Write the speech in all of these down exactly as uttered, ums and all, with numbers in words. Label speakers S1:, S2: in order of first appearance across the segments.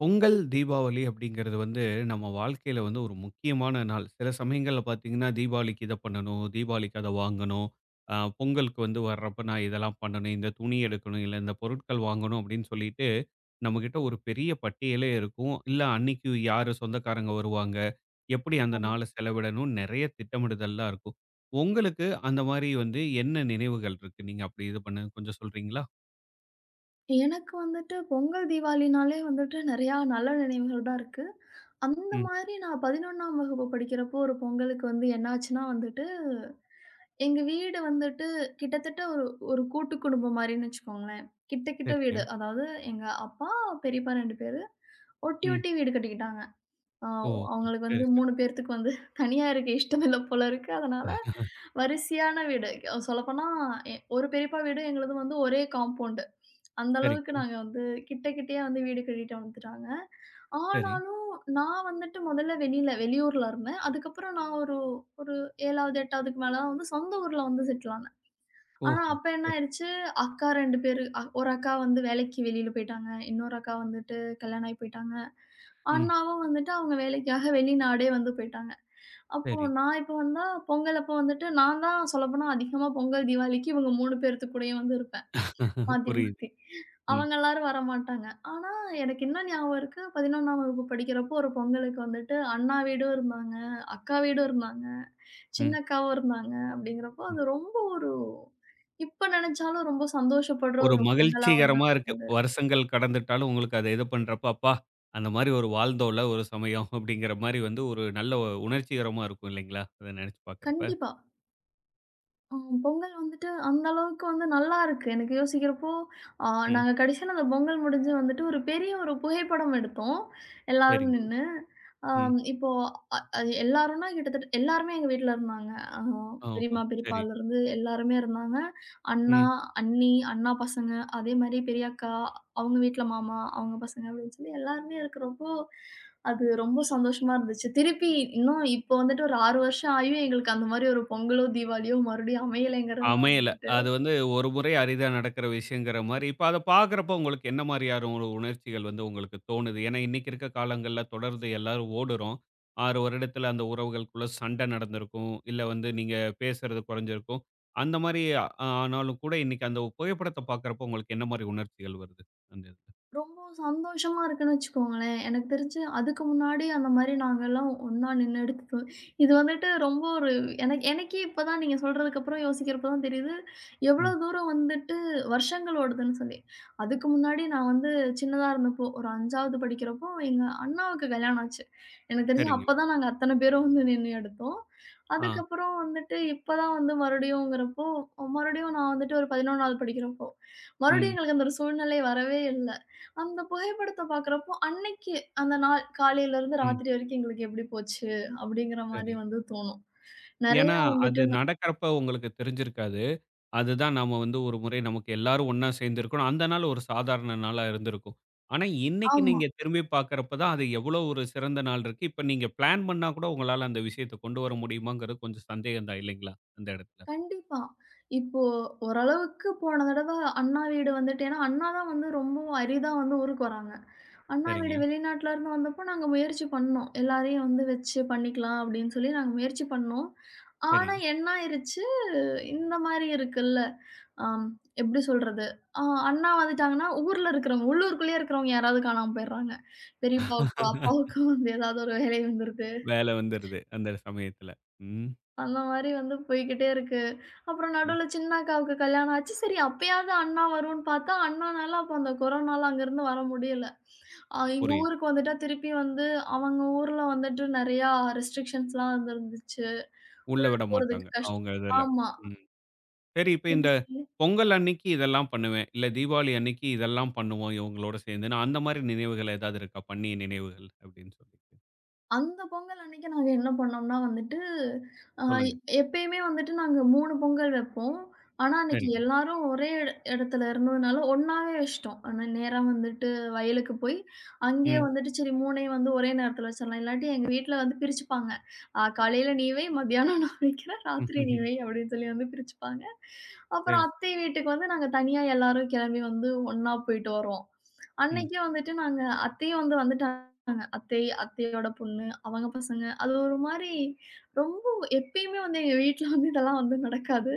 S1: பொங்கல், தீபாவளி அப்படிங்கிறது வந்து நம்ம வாழ்க்கையில வந்து ஒரு முக்கியமான நாள். சில சமயங்கள்ல பார்த்தீங்கன்னா, தீபாவளிக்கு இத பண்ணணும், தீபாவளிக்கு அத வாங்கணும், அ பொங்கலுக்கு வந்து வர்றப்ப நான் இதெல்லாம் பண்ணணும், இந்த துணி எடுக்கணும், இல்ல இந்த பொருட்கள் வாங்கணும் அப்படின்னு சொல்லிட்டு, நம்மகிட்ட ஒரு பெரிய பட்டியலே இருக்கும். இல்ல அன்னைக்கு யாரு சொந்தக்காரங்க வருவாங்க, எப்படி அந்த
S2: ஆமா.
S1: நாள செலவிடணும், நெறைய திட்டமிடுதல்லாம் இருக்கும். உங்களுக்கு அந்த மாரி வந்து என்ன நினைவுகள் இருக்கு? நீங்க அப்படி இது பண்ணது கொஞ்சம் சொல்றீங்களா?
S2: எனக்கு வந்துட்டு பொங்கல், தீபாவளினாலே வந்துட்டு நெறையா நல்ல நினைவுகள் தான் இருக்கு. அந்த
S1: ம்.
S2: மாதிரி நான் பதினொன்றாம் வகுப்பு படிக்கிறப்போ ஒரு பொங்கலுக்கு வந்து என்னாச்சுன்னா வந்துட்டு, எங்க வீடு வந்துட்டு கிட்டத்தட்ட ஒரு ஒரு கூட்டு குடும்பம் மாரின்னு வச்சுக்கோங்களேன். கிட்ட கிட்ட வீடு.
S1: சரிங்க.
S2: அதாவது எங்க அப்பா, பெரியப்பா ரெண்டு பேரு ஒட்டி
S1: ம்.
S2: ஒட்டி வீடு கட்டிக்கிட்டாங்க. ஆ
S1: ஓ!
S2: அவங்களுக்கு வந்து
S1: சரி, சரி.
S2: மூணு பேர்த்துக்கு வந்து தனியா இருக்க இஷ்டம் இல்ல போல இருக்கு. அதனால வரிசையான வீடு. அஹ் சொல்லப்போனா எ ஒரு பெரியப்பா வீடு எங்களுது வந்து ஒரே காம்பவுண்டு. அந்த அளவுக்கு
S1: சரிங்க.
S2: நாங்க வந்து கிட்ட கிட்டயே வந்து வீடு கட்டிட்டு வந்துட்டாங்க.
S1: சரி.
S2: ஆனாலும் நான் வந்துட்டு முதல்ல வெளியில வெளியூர்ல இருந்தேன். அதுக்கப்புறம் நான் ஒரு ஒரு ஏழாவது, எட்டாவதுக்கு மேல தான் வந்து சொந்த ஊர்ல வந்து செட்டில் ஆனேன். ஆனா
S1: ஓஹோ!
S2: அப்ப என்ன
S1: சரி,
S2: ஆயிருச்சு, அக்கா ரெண்டு பேரு அ ஒரு அக்கா வந்து வேலைக்கு வெளியில போயிட்டாங்க. இன்னொரு அக்கா வந்துட்டு கல்யாணம் ஆகி போயிட்டாங்க.
S1: ம்.
S2: அண்ணாவும் வந்துட்டு அவங்க வேலைக்காக வெளிநாடே வந்து போயிட்டாங்க. அப்போ
S1: சரி.
S2: நான் இப்ப வந்தா, பொங்கல் அப்போ வந்துட்டு நான் தான் சொல்லப்போனா அதிகமா பொங்கல், தீவாளிக்கு இவங்க மூணு பேர்த்து கூடயும் வந்து இருப்பேன். மாத்தி,
S1: புரியுது.
S2: மாத்தி.
S1: ம்,
S2: அவங்க எல்லாரும் வரமாட்டாங்க. ஆனா, எனக்கு இன்னும் ஞாபகம் இருக்கு. பதினொன்றாம் வகுப்பு படிக்கிறப்போ ஒரு பொங்கலுக்கு வந்துட்டு அண்ணா வீடும் இருந்தாங்க, அக்கா வீடும் இருந்தாங்க, சின்ன
S1: ம்,
S2: அக்காவும் இருந்தாங்க அப்படிங்கிறப்போ,
S1: ம்.
S2: அது ரொம்ப ஒரு இப்ப நெனச்சாலும் ரொம்ப சந்தோஷப்படுற
S1: ஒரு
S2: ஒரு பொங்கலா வந்து
S1: மகிழ்ச்சிகரமா
S2: அது
S1: இருக்கு.
S2: இருந்தது.
S1: வருஷங்கள் கடந்துட்டாலும் உங்களுக்கு அத இது பண்றப்ப, "அப்பா! அந்த மாரி ஒரு வாழ்ந்தோம்ல ஒரு சமயம்." அப்படிங்கிற மாரி வந்து ஒரு நல்ல உணர்ச்சிகரமா இருக்கும் இல்லைங்களா? அத நெனச்சு பார்க்குறப்ப.
S2: கண்டிப்பா. ஆ பொங்கல் வந்துட்டு அந்த அளவுக்கு வந்து நல்லாருக்கு. எனக்கு யோசிக்கிறப்போ, ஆ
S1: ம்.
S2: நாங்க கடைசியா அந்த பொங்கல் முடிஞ்சு வந்துட்டு ஒரு பெரிய ஒரு புகைப்படம் எடுத்தோம். எல்லாரும்
S1: சரிங்க.
S2: நின்னு.
S1: ம்.
S2: ஆம் இப்போ அ அது எல்லாரும்னா கிட்டத்தட்ட எல்லாருமே எங்க வீட்ல இருந்தாங்க. ஆ
S1: ஓஹோ!
S2: பெரியம்மா,
S1: சரி.
S2: பெரியப்பாலருந்து எல்லாருமே இருந்தாங்க. அண்ணா,
S1: ம்.
S2: அண்ணி, அண்ணா பசங்க, அதே மாரி பெரியக்கா, அவங்க வீட்ல மாமா, அவங்க பசங்க அப்படின்னு சொல்லி எல்லாருமே இருக்கிறப்போ அது ரொம்ப சந்தோஷமா இருந்துச்சு. திருப்பி இன்னும் இப்போ வந்துட்டு ஒரு ஆறு வருஷம் ஆயும் எங்களுக்கு அந்த மாரி ஒரு பொங்கலோ, தீபாவளியோ மறுபடியும் அமையலைங்கிறது தான்
S1: அமையல.
S2: வந்து
S1: அது வந்து ஒரு முறை அரிதா நடக்கிற விஷயங்கிற மாரி, இப்ப அத பார்க்கிறப்போ உங்களுக்கு என்ன மாரியான ஒரு உணர்ச்சிகள் வந்து உங்களுக்கு தோணுது? ஏன்னா, இன்னைக்கு இருக்க காலங்கள்ல தொடர்ந்து எல்லாரும் ஓடுறோம். ஆறு வருடத்துல அந்த உறவுகளுக்குள்ள சண்டை நடந்திருக்கும். இல்ல வந்து நீங்க பேசுறது குறைஞ்சிருக்கும். அந்த மாரி அ ஆனாலும் கூட இன்னைக்கு அந்த புகைப்படத்த பார்க்கிறப்போ உங்களுக்கு என்ன மாரி உணர்ச்சிகள் வருது? அந்த இதுல.
S2: ரொம்ப சந்தோஷமா இருக்குன்னு வச்சுக்கோங்களேன். எனக்கு தெரிஞ்சு அதுக்கு முன்னாடி அந்த மாரி நாங்கலாம் ஒண்ணா நின்னு எடுத்தோம். இது வந்துட்டு ரொம்ப ஒரு எனக்கு எனக்கே இப்ப தான் நீங்க சொல்றதுக்கப்புறம் யோசிக்கிறப்ப தான் தெரியுது. எவ்ளோ
S1: ம்.
S2: தூரம் வந்துட்டு வருஷங்கள் ஓடுதுன்னு சொல்லி. அதுக்கு முன்னாடி நான் வந்து சின்னதா இருந்தப்போ, ஒரு ஐந்தாவது படிக்கிறப்போ எங்க அண்ணாவுக்கு கல்யாணம் ஆச்சு. எனக்கு தெரிஞ்சு
S1: சரிங்க.
S2: அப்ப தான் நாங்க அத்தன பேரும் வந்து நின்னு எடுத்தோம்.
S1: ஆ.
S2: அதுக்கப்புறம் வந்துட்டு இப்ப தான் வந்து மறுபடியும்ங்கிறப்போ, மறுபடியும் நான் வந்துட்டு ஒரு பதினொன்றாவது படிக்கிறப்போ, மறுபடியும்
S1: ம்.
S2: எங்களுக்கு அந்த ஒரு சூழ்நிலை வரவே இல்ல. அந்த புகைப்படத்த பார்க்குறப்போ, அன்னைக்கு அந்த நாள் காலையிலருந்து
S1: ம்.
S2: ராத்திரி வரைக்கும் எங்களுக்கு எப்படி போச்சு? அப்படிங்கிற
S1: சரி.
S2: மாரி வந்து தோணும்.
S1: ஏன்னா,
S2: நெறையா
S1: அது
S2: வந்துட்டு நான்
S1: நடக்கிறப்ப உங்களுக்கு தெரிஞ்சிருக்காது. அதுதான் நாம வந்து ஒரு முறை நமக்கு எல்லாரும் ஒண்ணா சேர்ந்திருக்கணும். அந்த நாள் ஒரு சாதாரண நாளா இருந்திருக்கும். ஆனா, இன்னைக்கு
S2: ஆமா.
S1: நீங்க திரும்பி பார்க்கிறப்ப தான் அது எவ்வளோ ஒரு சிறந்த நாள் இருக்கு. இப்ப நீங்க பிளான் பண்ணா கூட உங்களால அந்த விஷயத்த கொண்டு வர முடியுமாங்கிறது கொஞ்சம் சந்தேகம் தான் இல்லைங்களா? அந்த இடத்துல.
S2: கண்டிப்பா. இப்போ ஓரளவுக்கு போன தடவ அண்ணா வீடு வந்துட்டு ஏன்னா அண்ணா தான் வந்து ரொம்பவும் அரிதா வந்து ஊருக்கு வராங்க. அண்ணா
S1: சரிங்க,
S2: வீடு வெளிநாட்டுலருந்து வந்தப்போ நாங்க முயற்சி பண்ணோம். எல்லாரையும் வந்து வச்சு பண்ணிக்கலாம் அப்படின்னு சொல்லி நாங்க முயற்சி பண்ணோம்.
S1: சரி.
S2: ஆனா என்ன ஆயிருச்சு, இந்த மாரி இருக்குல்ல. ஆம். எப்படி சொல்றது? அ அண்ணா வந்துட்டாங்கன்னா, ஊர்ல இருக்கிறவங்க உள்ளூருக்குள்ளேயே இருக்கிறவங்க யாராவது காணாம போயிடுறாங்க. பெரியப்பாவுக்கோ, அப்பாவுக்கோ வந்து ஏதாவது ஒரு வேலை வந்துருது.
S1: வேலை வந்துருது அந்த சமயத்துல. ம்,
S2: அந்த மாரி வந்து போய்க்கிட்டே இருக்கு. அப்புறம்
S1: ம்.
S2: நடுவுல சின்ன அக்காவுக்கு கல்யாணம் ஆச்சு. சரி அப்பயாவது அண்ணா வரும்ன்னு பார்த்தா, அண்ணானால அப்ப அந்த கொரோனால அங்கருந்து வர முடியல. அ எங்க
S1: புரியுது.
S2: ஊருக்கு வந்துட்டா திருப்பி வந்து அவங்க ஊர்ல வந்துட்டு நெறையா ரெஸ்ட்ரிக்ஷன்ஸ்லாம் இருந்திருந்துச்சு.
S1: உள்ள விட
S2: போறதுக்கு
S1: மாட்டாங்க.
S2: கஷ்டம்.
S1: அவங்க இதுல.
S2: ஆமா.
S1: ம். சரி இப்ப இந்த பொங்கல் அன்னைக்கு இதெல்லாம் பண்ணுவேன். இல்ல தீபாவளி அன்னைக்கு இதெல்லாம் பண்ணுவோம் இவங்களோட சேர்ந்துன்னு. அந்த மாரி நினைவுகள் ஏதாவது இருக்கா? பண்ணிய நினைவுகள் அப்படின்னு சொல்லி.
S2: அந்த பொங்கல் அன்னைக்கு நாங்க என்ன பண்ணோம்னா வந்துட்டு, அ
S1: சொல்லுங்க.
S2: எப்பயுமே வந்துட்டு நாங்க மூணு பொங்கல் வைப்போம். ஆனா, அன்னைக்கு
S1: சரிங்க.
S2: எல்லாரும் ஒரே எட இடத்துல இருந்ததுனால ஒண்ணாவே வச்சுட்டோம். ஆனா, நேரா வந்துட்டு வயலுக்கு போய், அங்கேயே
S1: ம்.
S2: வந்துட்டு சரி 3யும் வந்து ஒரே நேரத்துல வச்சிடலாம். இல்லாட்டி எங்க வீட்ல வந்து பிரிச்சுப்பாங்க. அ காலையில நீ வை, மதியானம் நான் வைக்கிறேன், ராத்திரி நீ வை அப்படின்னு சொல்லி வந்து பிரிச்சுப்பாங்க.
S1: சரி,
S2: அப்புறம்
S1: சரி.
S2: அத்தை வீட்டுக்கு வந்து நாங்க தனியா எல்லாரும் கிளம்பி வந்து ஒண்ணா போயிட்டு வருவோம்.
S1: ம்.
S2: அன்னைக்கே வந்துட்டு நாங்க அத்தையும் வந்து வந்துட்டாங்க. அத்தை, அத்தையோட பொண்ணு அவங்க பசங்க. அது ஒரு மாரி ரொம்ப எப்பயுமே வந்து எங்க வீட்ல வந்து இதெல்லாம் வந்து நடக்காது.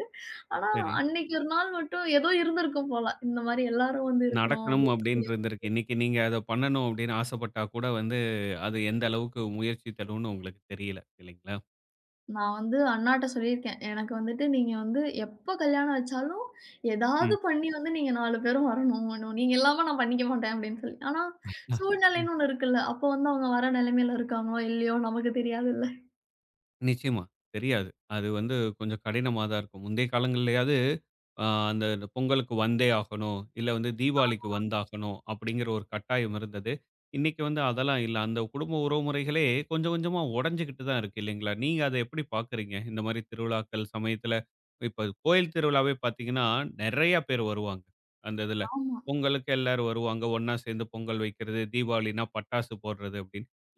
S2: ஆனா,
S1: சரி.
S2: அன்னைக்கு ஒரு நாள் மட்டும் ஏதோ இருந்திருக்கும் போல. இந்த மாரி எல்லாரும் வந்து இருக்கணும்
S1: நடக்கணும்
S2: அப்படின்னு
S1: அப்படின்னு
S2: சொல்லி.
S1: இருந்திருக்கு. இன்னைக்கு நீங்க அத பண்ணணும் அப்படின்னு ஆசைப்பட்டா கூட வந்து, அது எந்த அளவுக்கு முயற்சி தரும்னு உங்களுக்கு தெரியல. இல்லைங்களா?
S2: நான் வந்து அண்ணாட்ட சொல்லியிருக்கேன். எனக்கு வந்துட்டு நீங்க வந்து எப்ப கல்யாணம் வச்சாலும்,
S1: ம்.
S2: ஏதாவது பண்ணி வந்து நீங்க நாலு பேரும் வரணும். இன்னும் நீங்க இல்லாம நான் பண்ணிக்க மாட்டேன் அப்படின்னு சொல்லி. ஆனா,
S1: அ.
S2: சூழ்நிலைன்னு ஒண்ணு இருக்குல்ல. அப்போ வந்து அவங்க வர நிலைமையில இருக்காங்களோ, இல்லையோ நமக்கு தெரியாதுல்ல.
S1: நிச்சயமா. தெரியாது. அது வந்து கொஞ்சம் கடினமா தான் இருக்கும். முந்தைய காலங்கள்லயாவது அ அந்த இந்த பொங்கலுக்கு வந்தே ஆகணும். இல்ல வந்து தீபாவளிக்கு வந்தாகணும் அப்படிங்கிற ஒரு கட்டாயம் இருந்தது. இன்னைக்கு வந்து அதெல்லாம் இல்ல. அந்த குடும்ப உறவுமுறைகளே கொஞ்சம் கொஞ்சமா உடைஞ்சுகிட்டு தான் இருக்கு இல்லைங்களா? நீங்க அத எப்படி பார்க்குறீங்க? இந்த மாரி திருவிழாக்கள் சமயத்துல இப்ப கோயில் திருவிழாவே பார்த்தீங்கன்னா, நெறைய பேர் வருவாங்க. அந்த இதுல.
S2: ஆமா.
S1: பொங்கலுக்கு எல்லாரும் வருவாங்க. ஒண்ணா சேர்ந்து பொங்கல் வைக்கிறது, தீபாவளினா பட்டாசு போடுறது.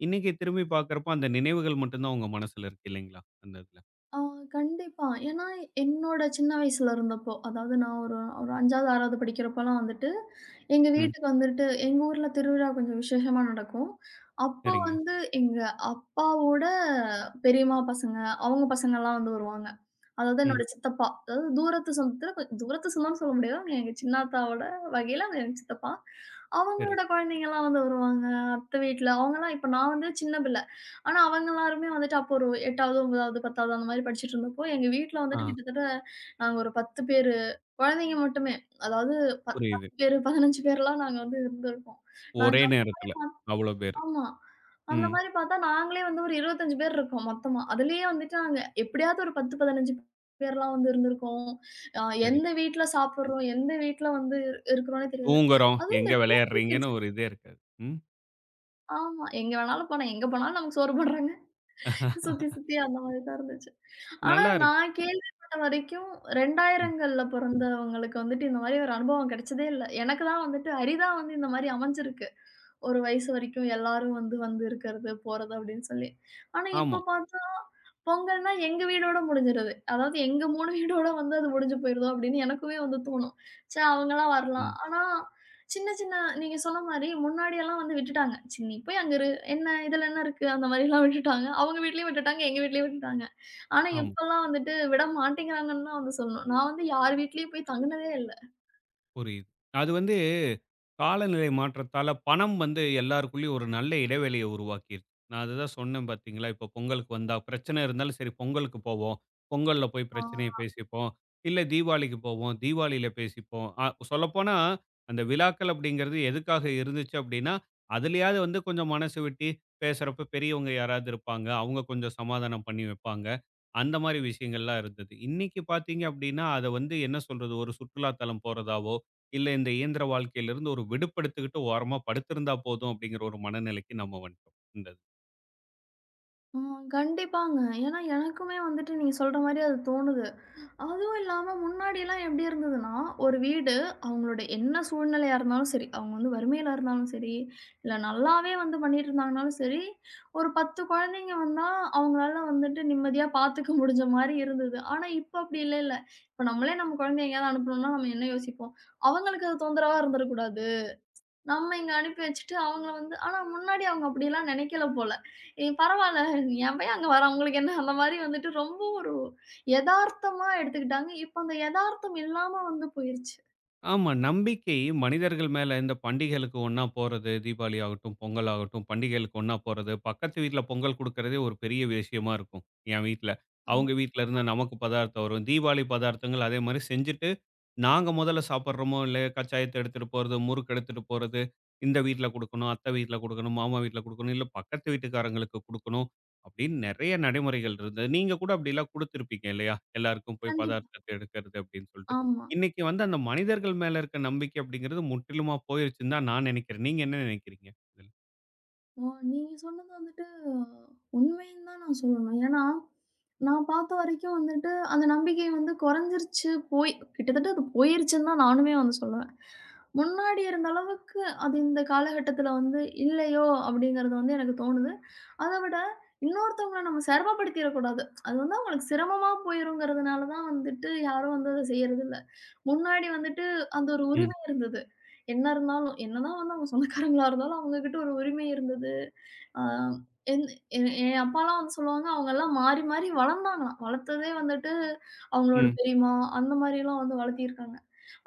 S1: இன்னைக்கு திரும்பி பார்க்குறப்போ, அந்த நினைவுகள் மட்டும் தான் உங்க மனசுல இருக்கு இல்லைங்களா? அந்த இதுல.
S2: ஆ கண்டிப்பா. ஏன்னா, என்னோட சின்ன வயசுல இருந்தப்போ, அதாவது நான் ஒரு ஒரு ஐந்தாவது, ஆறாவது படிக்கிறப்பலாம் வந்துட்டு, எங்க
S1: ம்.
S2: வீட்டுக்கு வந்துட்டு எங்க ஊர்ல திருவிழா கொஞ்சம் விசேஷமா நடக்கும். அப்போ
S1: சரிங்க.
S2: வந்து எங்க அப்பாவோட பெரியம்மா பசங்க, அவங்க பசங்கலாம் வந்து வருவாங்க. அதாவது
S1: ம்.
S2: என்னோட சித்தப்பா, அதாவது தூரத்து சொந்தத்துல கொ தூரத்து சொந்தம்னு சொல்ல முடியாது. அவங்க எங்க சின்னாத்தாவோட வகையில அவங்க எங்க சித்தப்பா.
S1: சரி.
S2: அவங்களோட குழந்தைங்கலாம் வந்து வருவாங்க. அத்தை வீட்ல அவங்கலாம் இப்ப நான் வந்து சின்ன பிள்ள. ஆனா அவங்க எல்லாருமே வந்துட்டு அப்போ ஒரு எட்டாவது, ஒன்பதாவது, பத்தாவது அந்த மாரி படிச்சுட்டு இருந்தப்போ, எங்க வீட்ல
S1: ஆ
S2: வந்துட்டு கிட்டத்தட்ட நாங்க ஒரு பத்து பேரு குழந்தைங்க மட்டுமே. அதாவது
S1: புரியுது.
S2: ஒரு பதினைஞ்சு பேர்லாம் நாங்க வந்து இருந்திருக்கோம். ஓ! நாங்க
S1: ஒரே
S2: அந்த மாரி
S1: நேரத்துல
S2: பாத்
S1: அவ்ளோ பேரு.
S2: ஆமா. அந்த
S1: ம்.
S2: மாரி பார்த்தா நாங்களே வந்து ஒரு இருபத்தி ஐந்து பேர் இருக்கோம் மொத்தமா. அதுலயே வந்துட்டு நாங்க எப்படியாவது ஒரு பத்து, பதினைஞ்சு பேர்லாம் வந்து இருந்திருக்கோம். அ
S1: சரி.
S2: எந்த வீட்ல சாப்பிடுறோம், எந்த வீட்ல வந்து இருக்கிறோம்னே தெரியாது.
S1: தூங்குறோம்,
S2: அதுவும்
S1: எங்க
S2: இந்த ரெண்டு
S1: விளையாடுறீங்கன்னு
S2: கிட்ஸ்
S1: ஒரு இதே இருக்காது. ம்.
S2: ஆமா. எங்க வேணாலும் போலாம். எங்க போனாலும் நமக்கு சோறு போடுறாங்க. சுத்தி, சுத்தி அந்த மாரி தான் இருந்துச்சு. ஆனா
S1: நல்லா இருக்கு.
S2: நான் கேள்விப்பட்ட வரைக்கும்
S1: ம்.
S2: இரண்டாயிரங்கள்ல பிறந்தவங்களுக்கு வந்துட்டு இந்த மாரி ஒரு அனுபவம் கிடைச்சதே இல்ல. எனக்கு தான் வந்துட்டு அரிதா வந்து இந்த மாரி அமைஞ்சிருக்கு. ஒரு வயசு வரைக்கும் எல்லாரும் வந்து வந்து இருக்கிறது, போறது அப்படின்னு சொல்லி. ஆனா
S1: ஆமா.
S2: இப்ப பார்த்தா, பொங்கல்னா எங்க வீடோட முடிஞ்சிருது. அதாவது எங்க மூணு வீடோட வந்து அது முடிஞ்சு போயிருதோ அப்படின்னு எனக்குமே வந்து தோணும். ச்சே அவங்கலாம் வரலாம்.
S1: ம்.
S2: ஆனா சின்ன, சின்ன நீங்க சொன்ன மாரி முன்னாடியெல்லாம் வந்து விட்டுட்டாங்க. "சரி நீ போய் அங்க இரு. என்ன இதுல என்ன இருக்கு? அந்த மாரிலாம் விட்டுட்டாங்க. அவங்க வீட்லயும் விட்டுட்டாங்க, எங்க வீட்லயும் விட்டுட்டாங்க. ஆனா
S1: ஆமா.
S2: இப்பலாம் வந்துட்டு விட மாட்டேங்கிறாங்கன்னு தான் வந்து சொல்லணும். நான் வந்து யார் வீட்லயும் போய் தங்குனதே இல்ல.
S1: புரியுது. அது வந்து காலநிலை மாற்றத்தால பணம் வந்து எல்லாருக்குள்ளயும் ஒரு நல்ல இடைவெளிய உருவாக்கிருச்சு. நான் அதுதான் சொன்னேன் பார்த்தீங்களா, இப்போ பொங்கலுக்கு வந்தா பிரச்சனை இருந்தாலும் சரி பொங்கலுக்கு போவோம். பொங்கல்ல போய்
S2: ஆ,
S1: பிரச்சனைய பேசிப்போம். இல்ல தீபாவளிக்கு போவோம். தீபாவளியில பேசிப்போம். அ சொல்லப்போனா அந்த விழாக்கள் அப்படிங்கிறது எதுக்காக இருந்துச்சு அப்படின்னா, அதிலயாவது வந்து கொஞ்சம் மனசு விட்டு பேசுறப்ப பெரியவங்க யாராவது இருப்பாங்க. அவங்க கொஞ்சம் சமாதானம் பண்ணி வைப்பாங்க. அந்த மாரி விஷயங்கள்லாம் இருந்தது. இன்னைக்கு பார்த்தீங்க அப்படின்னா, அத வந்து என்ன சொல்றது ஒரு சுற்றுலா தலம் போறதாவோ இல்ல இந்த இயந்திர வாழ்க்கையிலிருந்து ஒரு விடுப்பெடுத்துக்கிட்டு ஓரமா படுத்திருந்தா போதும் அப்படிங்கிற ஒரு மனநிலைக்கு நம்ம வந்துட்டோம். இந்த இது.
S2: ஆ கண்டிப்பாங்க. ஏன்னா எனக்குமே வந்துட்டு நீங்க சொல்ற மாரி அது தோணுது. அதுவும் இல்லாம முன்னாடிலாம் எப்படி இருந்ததுன்னா, ஒரு வீடு அவங்களோட என்ன சூழ்நிலையா இருந்தாலும் சரி, அவங்க வந்து வறுமையில இருந்தாலும் சரி, இல்ல நல்லாவே வந்து பண்ணிட்டு இருந்தாங்கனாலும் சரி, ஒரு பத்து குழந்தைங்க வந்தா அவங்களால வந்துட்டு நிம்மதியா பார்த்துக்க முடிஞ்ச மாரி இருந்தது. ஆனா இப்ப அப்படி இல்லைல்ல. இப்ப நம்மளே நம்ம குழந்தைய எங்கேயாவது அனுப்பணும்னா நம்ம என்ன யோசிப்போம்? அவங்களுக்கு அது தொந்தரவா இருந்துடக்கூடாது. நம்ம இங்க அனுப்பி வச்சுட்டு, அவங்கள வந்து ஆனா முன்னாடி அவங்க அப்படிலாம் நெனைக்கல போல. "ஏ பரவால்ல, என் பையன் அங்க வரான், உங்களுக்கு என்ன?" அந்த மாரி வந்துட்டு ரொம்ப ஒரு எதார்த்தமா எடுத்துக்கிட்டாங்க. இப்ப அந்த எதார்த்தம் இல்லாம வந்து போயிருச்சு.
S1: ஆமா நம்பிக்கை மனிதர்கள் மேல இந்த பண்டிகைகளுக்கு ஒண்ணா போறது தீபாவளி ஆகட்டும், பொங்கல் ஆகட்டும், பண்டிகைகளுக்கு ஒண்ணா போறது. பக்கத்து வீட்ல பொங்கல் குடுக்கறதே ஒரு பெரிய விஷயமா இருக்கும். என் வீட்ல.
S2: ஆமா.
S1: அவங்க வீட்ல இருந்து நமக்கு பதார்த்தம் வரும். தீபாவளி பதார்த்தங்கள் அதே மாரி செஞ்சுட்டு நாங்க முதல்ல சாப்பிடுறோமோ, இல்ல கச்சாயத்த எடுத்துட்டு போறது, முறுக்கு எடுத்துட்டு போறது, இந்த வீட்ல குடுக்கணும், அத்தை வீட்ல குடுக்கணும், மாமா வீட்ல குடுக்கணும், இல்ல பக்கத்து வீட்டுக்காரங்களுக்கு குடுக்கணும் அப்படின்னு நெறைய நடைமுறைகள் இருந்தது. நீங்க கூட அப்படிலாம் குடுத்திருப்பீங்க இல்லையா? எல்லாருக்கும் போய்
S2: கண்டிப்பா.
S1: பதார்த்தத்த எடுக்கிறது அப்படின்னு சொல்லிட்டு.
S2: ஆமா.
S1: இன்னைக்கு வந்து அந்த மனிதர்கள் மேல இருக்க நம்பிக்கை அப்படிங்கிறது முற்றிலுமா போயிருச்சுன்னு தான் நான் நெனைக்கிறேன். நீங்க என்ன நெனைக்கிறீங்க? இதுல?
S2: ஆ, நீங்க சொன்னது வந்துட்டு உண்மைன்னு தான் நான் சொல்லணும். ஏன்னா, நான் பார்த்த வரைக்கும் வந்துட்டு, அந்த நம்பிக்கை வந்து குறைஞ்சிருச்சு, போய் கிட்டத்தட்ட அது போயிருச்சுன்னு தான் நானுமே வந்து சொல்லுவேன். முன்னாடி இருந்த அளவுக்கு அது இந்த காலகட்டத்தில வந்து இல்லையோ! அப்பிடிங்கிறது வந்து எனக்கு தோணுது. அத விட இன்னொருத்தவங்கள நம்ம சிரமப்படுத்திறக்கூடாது. அது வந்து அவுங்களுக்கு சிரமமா போயிருங்கிறதுனால தான் வந்துட்டு யாரும் வந்து அத செய்றதில்ல. முன்னாடி வந்துட்டு அந்த ஒரு
S1: ம்,
S2: உரிமை இருந்தது. என்ன இருந்தாலும், என்னதான் வந்து அவுங்க சொந்தக்காரங்களா இருந்தாலும், அவுங்ககிட்ட ஒரு உரிமை இருந்தது. ஆ என் என் என் அப்பாலாம் வந்து சொல்லுவாங்க, அவங்கலாம் மாறி, மாறி வளர்ந்தாங்களாம். வளர்த்ததே வந்துட்டு அவங்களோட
S1: ம்.
S2: பெரியம்மா, அந்த மாரிலாம் வந்து வளர்த்திருக்காங்க.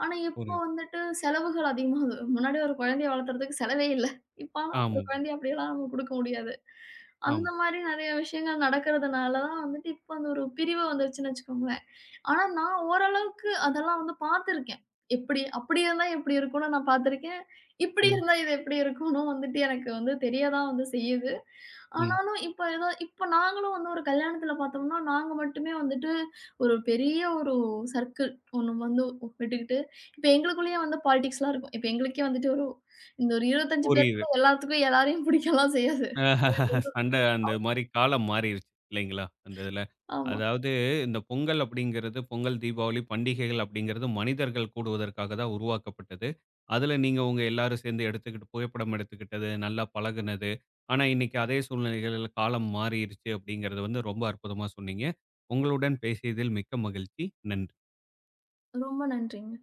S2: ஆனா, இப்போ
S1: புரியுது.
S2: வந்துட்டு செலவுகள் அதிகமாகுது. முன்னாடி ஒரு குழந்தைய வளர்த்துறதுக்கு செலவே இல்ல. இப்பலாம் ஒரு
S1: ஆமாங்க.
S2: குழந்தைய அப்படியெல்லாம் நம்ம குடுக்க முடியாது. அந்த
S1: ஆமா.
S2: மாரி நெறைய விஷயங்கள் நடக்கிறதுனால தான் வந்துட்டு இப்போ அந்த ஒரு பிரிவு வந்துருச்சுன்னு வச்சுக்கோங்களேன். ஆனா, நான் ஓரளவுக்கு அதெல்லாம் வந்து பார்த்துருக்கேன். எப்படி அப்படி இருந்தா எப்படி இருக்கும்னு நான் பார்த்துருக்கேன். இப்படி
S1: ம்,
S2: இருந்தா இது எப்படி இருக்கும்னும் வந்துட்டு எனக்கு வந்து தெரிய தான் வந்து செய்யுது.
S1: ம்.
S2: ஆனாலும் இப்ப ஏதோ இப்ப நாங்களும் வந்து ஒரு கல்யாணத்துல பார்த்தோம்னா, நாங்க மட்டுமே வந்துட்டு ஒரு பெரிய ஒரு சர்க்கிள் ஒண்ணு வந்து விட்டுக்கிட்டு, இப்ப எங்களுக்குள்ளேயே வந்து பாலிடிக்ஸ்லாம் இருக்கும். இப்ப எங்களுக்கே வந்துட்டு ஒரு இந்த ஒரு இருபத்தி ஐந்து
S1: புரியுது.
S2: பேருக்குள்ள எல்லாத்துக்கும் எல்லாரையும் பிடிக்கலாம் செய்யாது.
S1: அஹ்
S2: எங்க
S1: சண்டை அந்த மாரி காலம் மாறிருச்சு இல்லைங்களா? அந்த இதுல.
S2: ஆமா.
S1: அதாவது இந்த பொங்கல் அப்படிங்கிறது, பொங்கல், தீபாவளி பண்டிகைகள் அப்படிங்கிறது மனிதர்கள் கூடுவதற்காக தான் உருவாக்கப்பட்டது. அதுல நீங்க உங்க எல்லாரும் சேர்ந்து எடுத்துக்கிட்டு புகைப்படம் எடுத்துக்கிட்டது, நல்லா பழகுனது. ஆனா இன்னைக்கு அதே சூழ்நிலைகள்ல காலம் மாறிருச்சு அப்படிங்கிறது வந்து ரொம்ப அற்புதமா சொன்னீங்க. உங்களுடன் பேசியதில் மிக்க மகிழ்ச்சி. நன்றி.
S2: ரொம்ப நன்றிங்க.